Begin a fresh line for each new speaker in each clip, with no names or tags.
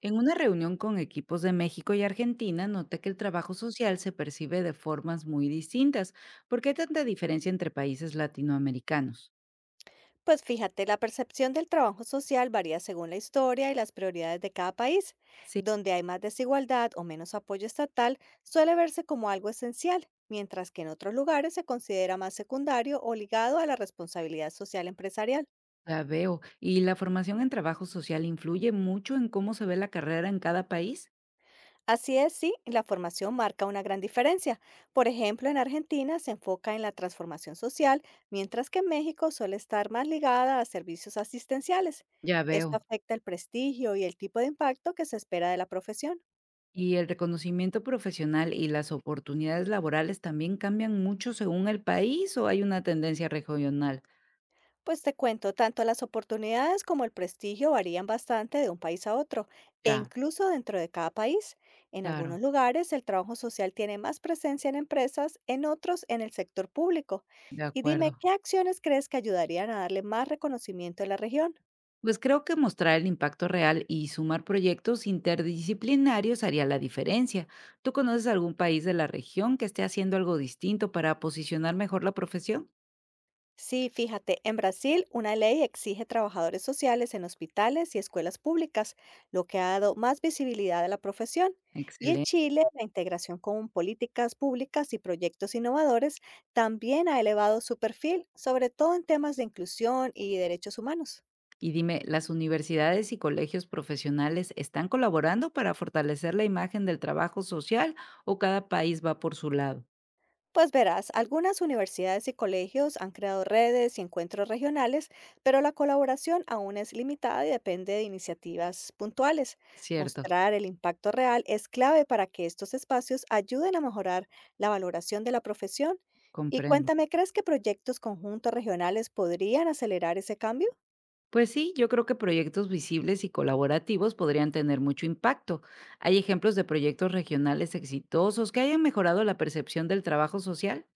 En una reunión con equipos de México y Argentina, noté que el trabajo social se percibe de formas muy distintas. ¿Por qué hay tanta diferencia entre países latinoamericanos?
Pues fíjate, la percepción del trabajo social varía según la historia y las prioridades de cada país.
Sí,
Donde hay más desigualdad o menos apoyo estatal, suele verse como algo esencial, mientras que en otros lugares se considera más secundario o ligado a la responsabilidad social empresarial.
la veo. ¿Y la formación en trabajo social influye mucho en cómo se ve la carrera en cada país?
Así es, sí, la formación marca una gran diferencia. Por ejemplo, en Argentina se enfoca en la transformación social, mientras que en México suele estar más ligada a servicios asistenciales.
Ya
Esto
veo.
afecta el prestigio y el tipo de impacto que se espera de la profesión.
¿Y el reconocimiento profesional y las oportunidades laborales también cambian mucho según el país o hay una tendencia regional?
Pues te cuento, tanto las oportunidades como el prestigio varían bastante de un país a otro, e
Ya,
incluso dentro de cada país. En algunos
claro,
lugares el trabajo social tiene más presencia en empresas, en otros en el sector público.
de
Y dime,
acuerdo.
¿qué acciones crees que ayudarían a darle más reconocimiento a la región?
Pues creo que mostrar el impacto real y sumar proyectos interdisciplinarios haría la diferencia. ¿Tú conoces algún país de la región que esté haciendo algo distinto para posicionar mejor la profesión?
Sí, fíjate, en Brasil una ley exige trabajadores sociales en hospitales y escuelas públicas, lo que ha dado más visibilidad a la profesión. Y en
Excelente.
Chile, la integración con políticas públicas y proyectos innovadores también ha elevado su perfil, sobre todo en temas de inclusión y derechos humanos.
Y dime, ¿las universidades y colegios profesionales están colaborando para fortalecer la imagen del trabajo social o cada país va por su lado?
Pues verás, algunas universidades y colegios han creado redes y encuentros regionales, pero la colaboración aún es limitada y depende de iniciativas puntuales.
Cierto,
Mostrar el impacto real es clave para que estos espacios ayuden a mejorar la valoración de la profesión. Y
comprendo.
cuéntame, ¿crees que proyectos conjuntos regionales podrían acelerar ese cambio?
Pues sí, yo creo que proyectos visibles y colaborativos podrían tener mucho impacto. ¿Hay ejemplos de proyectos regionales exitosos que hayan mejorado la percepción del trabajo social?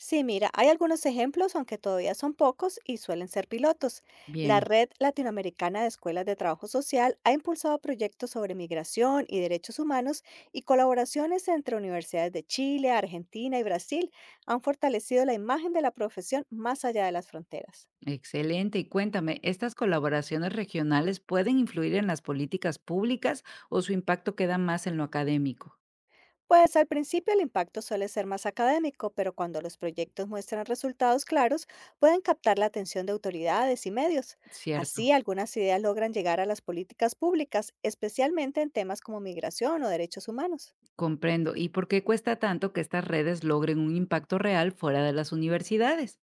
Sí, mira, hay algunos ejemplos, aunque todavía son pocos y suelen ser pilotos. La
Bien,
Red Latinoamericana de Escuelas de Trabajo Social ha impulsado proyectos sobre migración y derechos humanos y colaboraciones entre universidades de Chile, Argentina y Brasil han fortalecido la imagen de la profesión más allá de las fronteras.
excelente. Y cuéntame, ¿estas colaboraciones regionales pueden influir en las políticas públicas o su impacto queda más en lo académico?
Pues al principio el impacto suele ser más académico, pero cuando los proyectos muestran resultados claros, pueden captar la atención de autoridades y medios. Así,
Cierto,
algunas ideas logran llegar a las políticas públicas, especialmente en temas como migración o derechos humanos.
comprendo. ¿Y por qué cuesta tanto que estas redes logren un impacto real fuera de las universidades?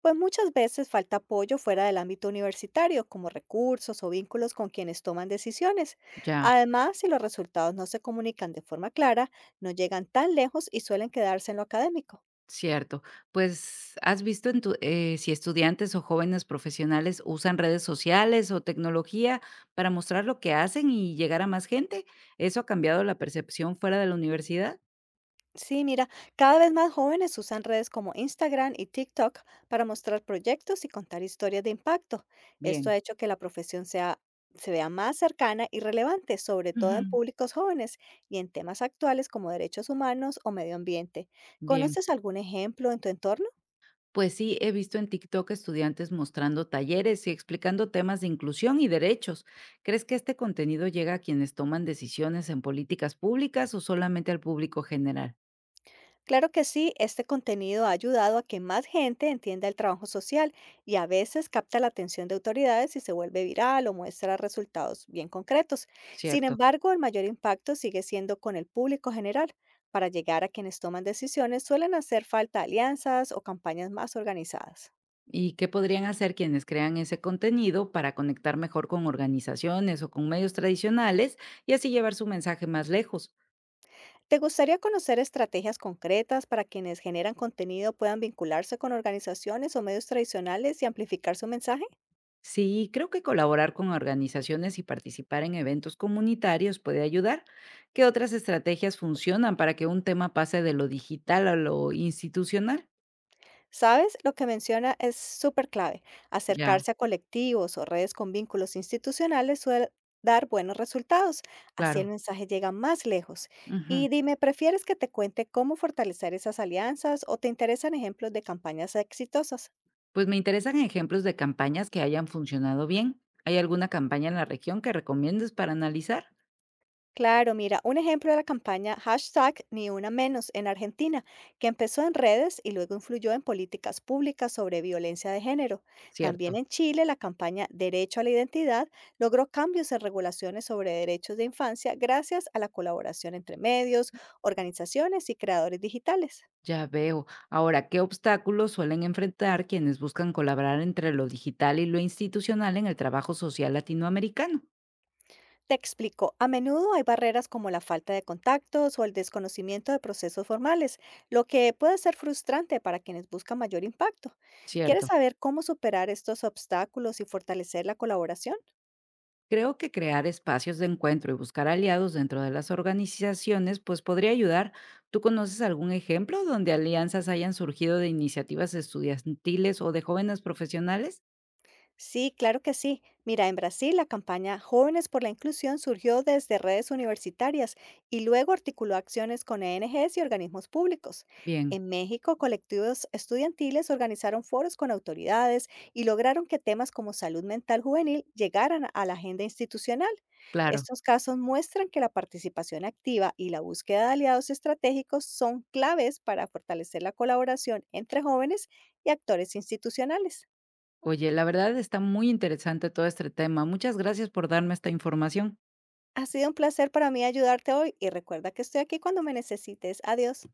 Pues muchas veces falta apoyo fuera del ámbito universitario, como recursos o vínculos con quienes toman decisiones.
Ya.
Además, si los resultados no se comunican de forma clara, no llegan tan lejos y suelen quedarse en lo académico.
Cierto. Pues, ¿has visto en tu si estudiantes o jóvenes profesionales usan redes sociales o tecnología para mostrar lo que hacen y llegar a más gente? ¿Eso ha cambiado la percepción fuera de la universidad?
Sí, mira, cada vez más jóvenes usan redes como Instagram y TikTok para mostrar proyectos y contar historias de impacto. Esto ha
Bien.
hecho que se vea más cercana y relevante, sobre todo en
Ujú.
públicos jóvenes y en temas actuales como derechos humanos o medio ambiente.
Bien,
¿Conoces algún ejemplo en tu entorno?
pues sí, he visto en TikTok estudiantes mostrando talleres y explicando temas de inclusión y derechos. ¿Crees que este contenido llega a quienes toman decisiones en políticas públicas o solamente al público general?
Claro que sí, este contenido ha ayudado a que más gente entienda el trabajo social y a veces capta la atención de autoridades y se vuelve viral o muestra resultados bien concretos. Sin
Cierto.
embargo, el mayor impacto sigue siendo con el público general. Para llegar a quienes toman decisiones suelen hacer falta alianzas o campañas más organizadas.
¿Y qué podrían hacer quienes crean ese contenido para conectar mejor con organizaciones o con medios tradicionales y así llevar su mensaje más lejos?
¿Te gustaría conocer estrategias concretas para quienes generan contenido puedan vincularse con organizaciones o medios tradicionales y amplificar su mensaje?
Sí, creo que colaborar con organizaciones y participar en eventos comunitarios puede ayudar. ¿Qué otras estrategias funcionan para que un tema pase de lo digital a lo institucional?
¿Sabes? Lo que menciona es súper clave.
Ya,
Acercarse a colectivos o redes con vínculos institucionales suele dar buenos resultados. Así el
claro.
mensaje llega más lejos.
Ujú.
Y dime, ¿prefieres que te cuente cómo fortalecer esas alianzas o te interesan ejemplos de campañas exitosas?
Pues me interesan ejemplos de campañas que hayan funcionado bien. ¿Hay alguna campaña en la región que recomiendes para analizar?
Claro, mira, un ejemplo de la campaña hashtag Ni Una Menos en Argentina, que empezó en redes y luego influyó en políticas públicas sobre violencia de género. También
Cierto.
en Chile, la campaña Derecho a la Identidad logró cambios en regulaciones sobre derechos de infancia gracias a la colaboración entre medios, organizaciones y creadores digitales.
Ya veo. Ahora, ¿qué obstáculos suelen enfrentar quienes buscan colaborar entre lo digital y lo institucional en el trabajo social latinoamericano?
Te explico, a menudo hay barreras como la falta de contactos o el desconocimiento de procesos formales, lo que puede ser frustrante para quienes buscan mayor impacto. ¿Quieres
Cierto.
saber cómo superar estos obstáculos y fortalecer la colaboración?
Creo que crear espacios de encuentro y buscar aliados dentro de las organizaciones, pues podría ayudar. ¿Tú conoces algún ejemplo donde alianzas hayan surgido de iniciativas estudiantiles o de jóvenes profesionales?
Sí, claro que sí. Mira, en Brasil la campaña Jóvenes por la Inclusión surgió desde redes universitarias y luego articuló acciones con ONGs y organismos públicos.
Bien,
En México, colectivos estudiantiles organizaron foros con autoridades y lograron que temas como salud mental juvenil llegaran a la agenda institucional.
claro.
Estos casos muestran que la participación activa y la búsqueda de aliados estratégicos son claves para fortalecer la colaboración entre jóvenes y actores institucionales.
Oye, la verdad está muy interesante todo este tema. Muchas gracias por darme esta información.
Ha sido un placer para mí ayudarte hoy y recuerda que estoy aquí cuando me necesites. Adiós.